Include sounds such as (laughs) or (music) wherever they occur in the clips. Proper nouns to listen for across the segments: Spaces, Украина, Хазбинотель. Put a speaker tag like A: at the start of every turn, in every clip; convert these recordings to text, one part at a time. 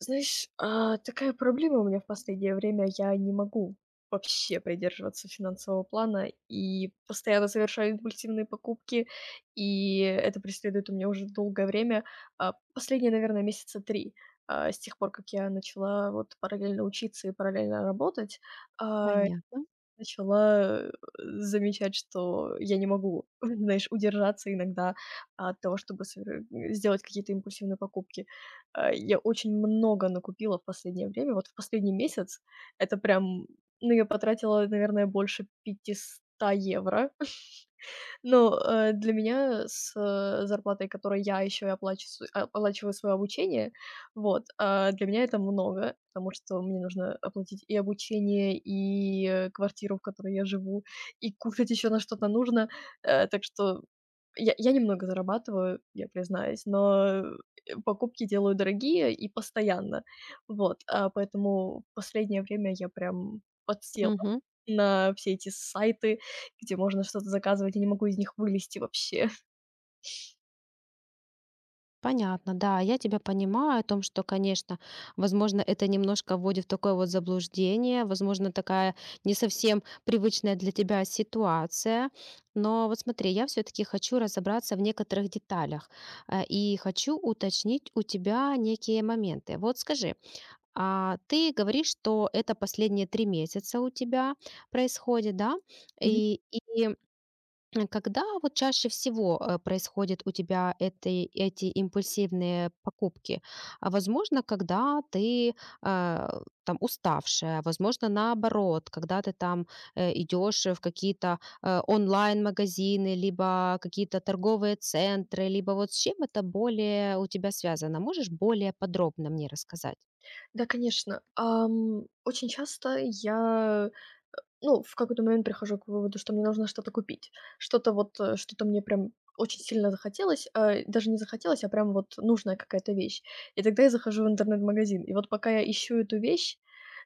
A: Знаешь, такая проблема у меня в последнее время. Я не могу вообще придерживаться финансового плана и постоянно совершаю импульсивные покупки, и это преследует у меня уже долгое время. Последние, наверное, месяца три. С тех пор, как я начала вот параллельно учиться и параллельно работать, а,
B: Понятно.
A: начала, замечать, что я не могу, (laughs) знаешь, удержаться иногда от того, чтобы сделать какие-то импульсивные покупки. Я очень много накупила в последнее время. Вот в последний месяц это прям, ну, я потратила, наверное, больше 500 евро. Но, для меня с, зарплатой, которой я еще и оплачис оплачиваю свое обучение, вот, для меня это много, потому что мне нужно оплатить и обучение, и, квартиру, в которой я живу, и кушать еще на что-то нужно. Так что я немного зарабатываю, я признаюсь, но, покупки делаю дорогие и постоянно. Вот, поэтому в последнее время я прям подсела
B: Мгм.
A: на все эти сайты, где можно что-то заказывать, я не могу из них вылезти вообще.
B: Понятно, да, я тебя понимаю о том, что, конечно, возможно, это немножко вводит в такое вот заблуждение, возможно, такая не совсем привычная для тебя ситуация. Но вот смотри, я все-таки хочу разобраться в некоторых деталях и хочу уточнить у тебя некие моменты. Вот скажи, а ты говоришь, что это последние 3 месяца у тебя происходит, да?
A: (laughs) Мгм.
B: И, когда вот чаще всего происходят у тебя эти импульсивные покупки? А возможно, когда ты там уставшая, возможно, наоборот, когда ты там идешь в какие-то онлайн-магазины, либо какие-то торговые центры, либо вот с чем это более у тебя связано? Можешь более подробно мне рассказать?
A: Да, конечно. Очень часто я, ну, в какой-то момент прихожу к выводу, что мне нужно что-то купить. Что-то вот, что-то мне прям очень сильно захотелось, даже не захотелось, а прям вот нужная какая-то вещь. И тогда я захожу в интернет-магазин. И вот пока я ищу эту вещь,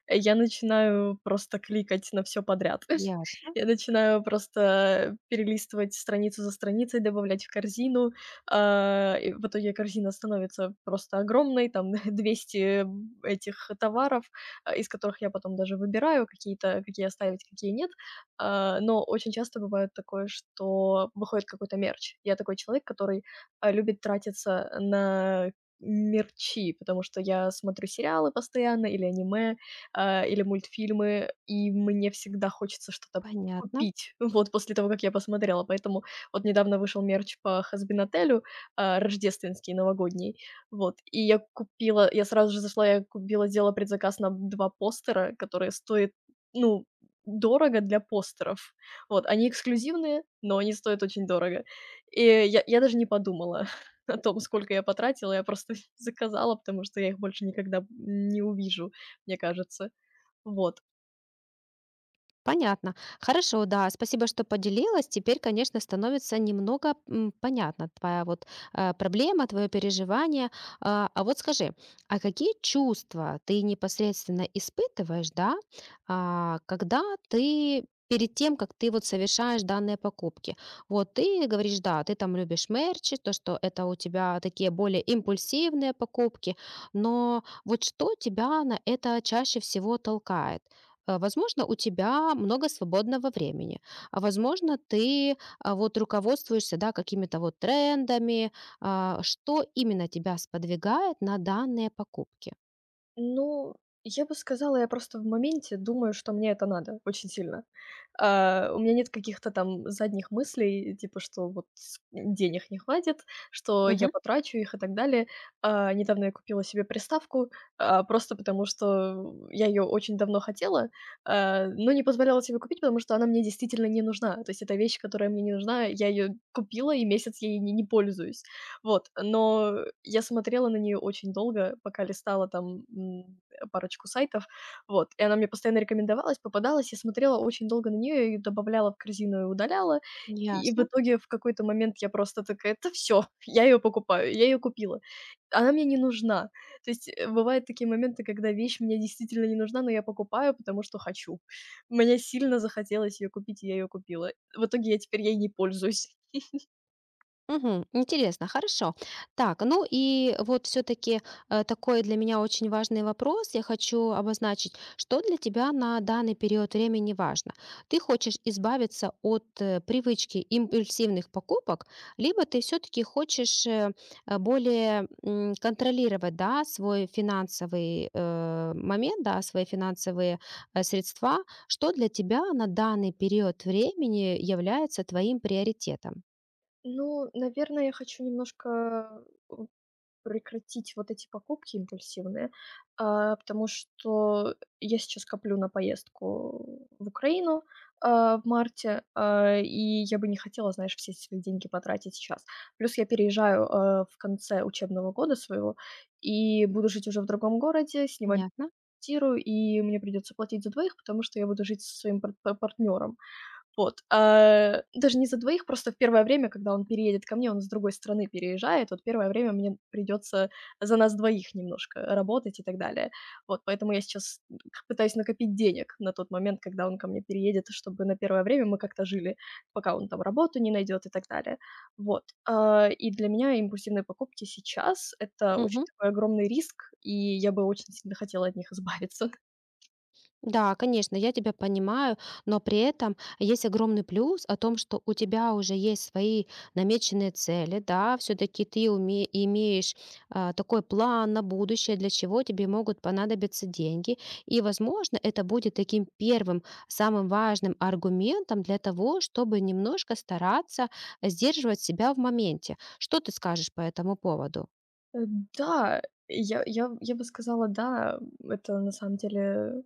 A: я начинаю просто кликать на все подряд. (laughs)
B: Ясно.
A: Я начинаю просто перелистывать страницу за страницей, добавлять в корзину. И в итоге корзина становится просто огромной, там (laughs) 200 этих товаров, из которых я потом даже выбираю какие-то, какие оставить, какие нет. Но очень часто бывает такое, что выходит какой-то мерч. Я такой человек, который, любит тратиться на мерчи, потому что я смотрю сериалы постоянно или аниме, или мультфильмы, и мне всегда хочется что-то
B: Понятно.
A: купить, (laughs) вот, после того, как я посмотрела. Поэтому вот недавно вышел мерч по «Хазбинотелю», рождественский, новогодний, вот, и я сразу же зашла, я купила, сделала предзаказ на 2 постера, которые стоят, ну, дорого для постеров. Вот, они эксклюзивные, но они стоят очень дорого. И я даже не подумала (laughs) о том, сколько я потратила, я просто (laughs) заказала, потому что я их больше никогда не увижу, мне кажется. Вот.
B: Понятно. Хорошо, да, спасибо, что поделилась. Теперь, конечно, становится немного понятна твоя вот проблема, твое переживание. А, вот скажи, а какие чувства ты непосредственно испытываешь, да, когда ты перед тем, как ты вот совершаешь данные покупки. Вот ты говоришь, да, ты там любишь мерчи, то, что это у тебя такие более импульсивные покупки, но вот что тебя на это чаще всего толкает? Возможно, у тебя много свободного времени, а возможно, ты вот руководствуешься, да, какими-то вот трендами. Что именно тебя сподвигает на данные покупки?
A: Ну, я бы сказала, я просто в моменте думаю, что мне это надо очень сильно. У меня нет каких-то там задних мыслей, типа, что вот денег не хватит, что я
B: Мгм.
A: потрачу их и так далее. Недавно я купила себе приставку, просто потому что я ее очень давно хотела, но не позволяла себе купить, потому что она мне действительно не нужна. То есть это вещь, которая мне не нужна, я ее купила и месяц ей не пользуюсь. Вот, но я смотрела на нее очень долго, пока листала там, парочку сайтов, вот. И она мне постоянно рекомендовалась, попадалась. Я смотрела очень долго на нее, я её добавляла в корзину и удаляла. И в
B: Ясно.
A: итоге в какой-то момент я просто такая: «это все, (laughs) я ее покупаю». Я ее купила. Она мне не нужна. То есть, бывают такие моменты, когда вещь мне действительно не нужна, но я покупаю, потому что хочу. Мне сильно захотелось ее купить, и я ее купила. В итоге я теперь ей не пользуюсь.
B: Мгм. Интересно, хорошо. Так, ну и вот все-таки такой для меня очень важный вопрос. Я хочу обозначить, что для тебя на данный период времени важно. Ты хочешь избавиться от привычки импульсивных покупок, либо ты все-таки хочешь более контролировать, да, свой финансовый момент, да, свои финансовые средства. Что для тебя на данный период времени является твоим приоритетом?
A: Ну, наверное, я хочу немножко, э, прекратить вот эти покупки импульсивные, потому что я сейчас коплю на поездку в Украину, в марте, и я бы не хотела, знаешь, все свои деньги потратить сейчас. Плюс я переезжаю, в конце учебного года своего и буду жить уже в другом городе, снимать
B: Понятно?
A: квартиру, и мне придется платить за двоих, потому что я буду жить со своим партнером. Вот, даже не за двоих, просто в первое время, когда он переедет ко мне, он с другой страны переезжает, вот первое время мне придется за нас двоих немножко работать и так далее. Вот, поэтому я сейчас пытаюсь накопить денег на тот момент, когда он ко мне переедет, чтобы на первое время мы как-то жили, пока он там работу не найдет и так далее. Вот, и для меня импульсивные покупки сейчас — это очень
B: Мгм.
A: такой огромный риск, и я бы очень сильно хотела от них избавиться.
B: Да, конечно, я тебя понимаю, но при этом есть огромный плюс о том, что у тебя уже есть свои намеченные цели, да, все-таки ты имеешь такой план на будущее, для чего тебе могут понадобиться деньги, и, возможно, это будет таким первым, самым важным аргументом для того, чтобы немножко стараться сдерживать себя в моменте. Что ты скажешь по этому поводу?
A: Э, да, я бы сказала, да, это на самом деле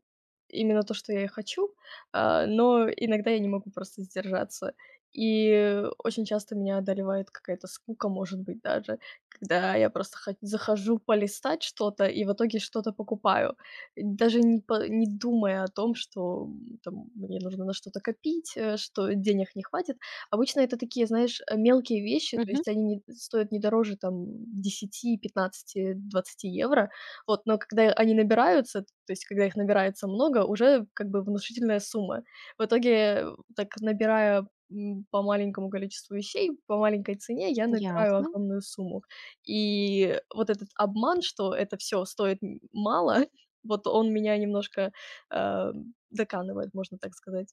A: именно то, что я и хочу, но иногда я не могу просто сдержаться. И очень часто меня одолевает какая-то скука, может быть, даже, когда я просто хо захожу полистать что-то и в итоге что-то покупаю, даже не думая о том, что, там мне нужно на что-то копить, что денег не хватит. Обычно это такие, знаешь, мелкие вещи, то
B: Мгм.
A: есть они не дороже там 10, 15, 20 евро. Вот, но когда они набираются, то есть когда их набирается много, уже как бы внушительная сумма. В итоге, так набирая, по маленькому количеству вещей, по маленькой цене, я набираю
B: Ясно.
A: огромную сумму. И вот этот обман, что это все стоит мало, (laughs) вот он меня немножко, э, доканывает, можно так сказать.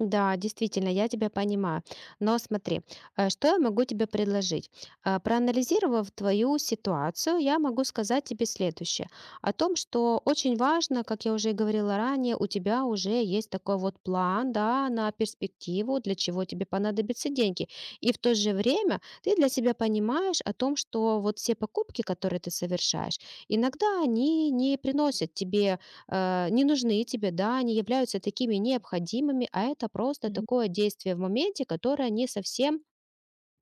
B: Да, действительно, я тебя понимаю. Но смотри, что я могу тебе предложить? Проанализировав твою ситуацию, я могу сказать тебе следующее. О том, что очень важно, как я уже и говорила ранее, у тебя уже есть такой вот план, да, на перспективу, для чего тебе понадобятся деньги. И в то же время ты для себя понимаешь о том, что вот все покупки, которые ты совершаешь, иногда они не приносят тебе не нужны тебе, да, не являются такими необходимыми, а это просто
A: Мгм.
B: такое действие в моменте, которое не совсем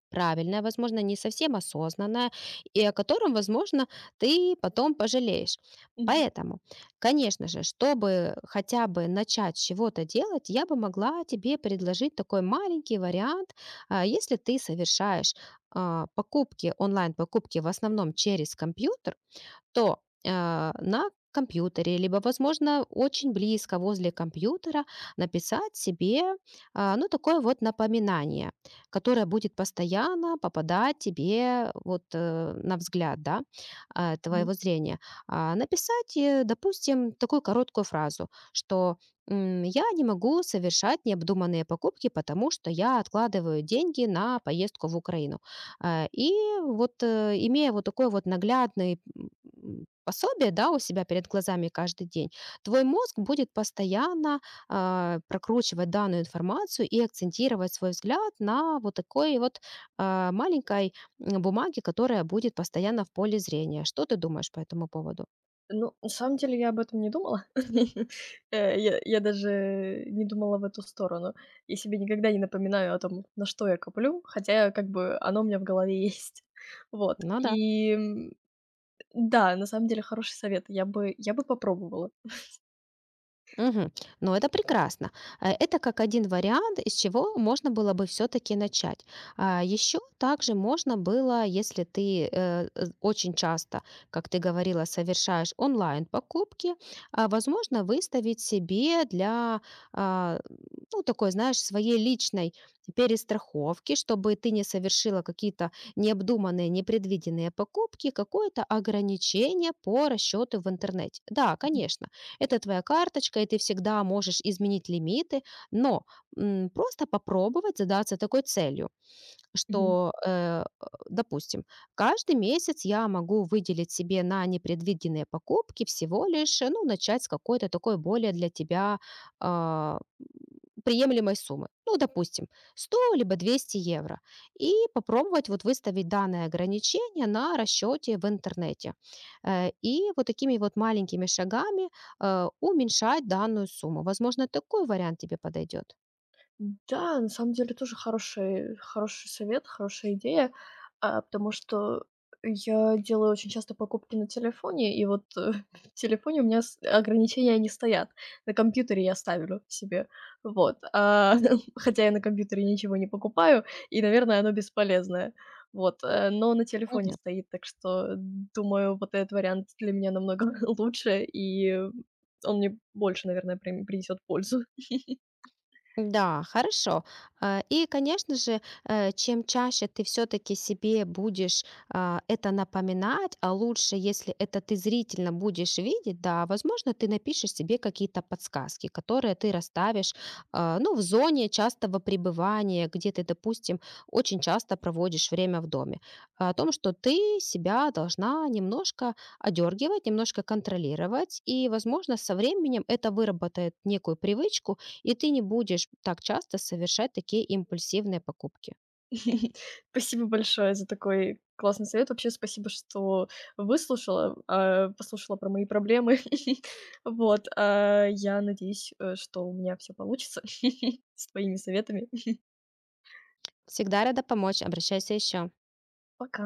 B: правильное, возможно, не совсем осознанное, и о котором, возможно, ты потом пожалеешь.
A: Мгм.
B: Поэтому, конечно же, чтобы хотя бы начать с чего-то делать, я бы могла тебе предложить такой маленький вариант. Если ты совершаешь покупки, онлайн-покупки в основном через компьютер, то на компьютере, либо, возможно, очень близко возле компьютера написать себе, ну, такое вот напоминание, которое будет постоянно попадать тебе вот на взгляд, да, твоего зрения. Написать, допустим, такую короткую фразу, что я не могу совершать необдуманные покупки, потому что я откладываю деньги на поездку в Украину. И вот, имея вот такой вот наглядный, пособие, да, у себя перед глазами каждый день, твой мозг будет постоянно, прокручивать данную информацию и акцентировать свой взгляд на вот такой вот, маленькой, бумаге, которая будет постоянно в поле зрения. Что ты думаешь по этому поводу?
A: Ну, на самом деле я об этом не думала. (laughs) Я даже не думала в эту сторону. Я себе никогда не напоминаю о том, на что я коплю, хотя как бы оно у меня в голове есть. (laughs) Вот.
B: Ну да.
A: И, да, на самом деле хороший совет. Я бы попробовала.
B: Мгм. Но это прекрасно. Это как один вариант, из чего можно было бы все-таки начать. Еще также можно было, если ты очень часто, как ты говорила, совершаешь онлайн покупки, возможно, выставить себе для, а, ну, такой, знаешь, своей личной перестраховки, чтобы ты не совершила какие-то необдуманные, непредвиденные покупки, какое-то ограничение по расчету в интернете. Да, конечно это твоя карточка, и ты всегда можешь изменить лимиты, но просто попробовать задаться такой целью.
A: Мгм.
B: Что, допустим, каждый месяц я могу выделить себе на непредвиденные покупки всего лишь, ну, начать с какой-то такой более для тебя а, приемлемой суммы. Ну, допустим, 100 либо 200 евро. И попробовать вот выставить данное ограничение на расчете в интернете. И вот такими вот маленькими шагами уменьшать данную сумму. Возможно, такой вариант тебе подойдет.
A: Да, на самом деле тоже хороший хороший совет, хорошая идея, потому что я делаю очень часто покупки на телефоне, и вот, (laughs) в телефоне у меня с ограничения не стоят. На компьютере я ставлю себе. Вот, (laughs) хотя я на компьютере ничего не покупаю, и, наверное, оно бесполезное. Вот, но на телефоне стоит, так что, думаю, вот этот вариант для меня намного (laughs) лучше, и он мне больше, наверное, принесет пользу.
B: Да, хорошо. И, конечно же, чем чаще ты все-таки себе будешь это напоминать, а лучше, если это ты зрительно будешь видеть, да, возможно, ты напишешь себе какие-то подсказки, которые ты расставишь, ну, в зоне частого пребывания, где ты, допустим, очень часто проводишь время в доме, а о том, что ты себя должна немножко одергивать, немножко контролировать, и, возможно, со временем это выработает некую привычку, и ты не будешь так часто совершать такие импульсивные покупки.
A: (laughs) Спасибо большое за такой классный совет. Вообще спасибо, что выслушала, послушала про мои проблемы. (laughs) Вот, я надеюсь, что у меня все получится (laughs) с твоими советами.
B: Всегда рада помочь, обращайся еще.
A: Пока.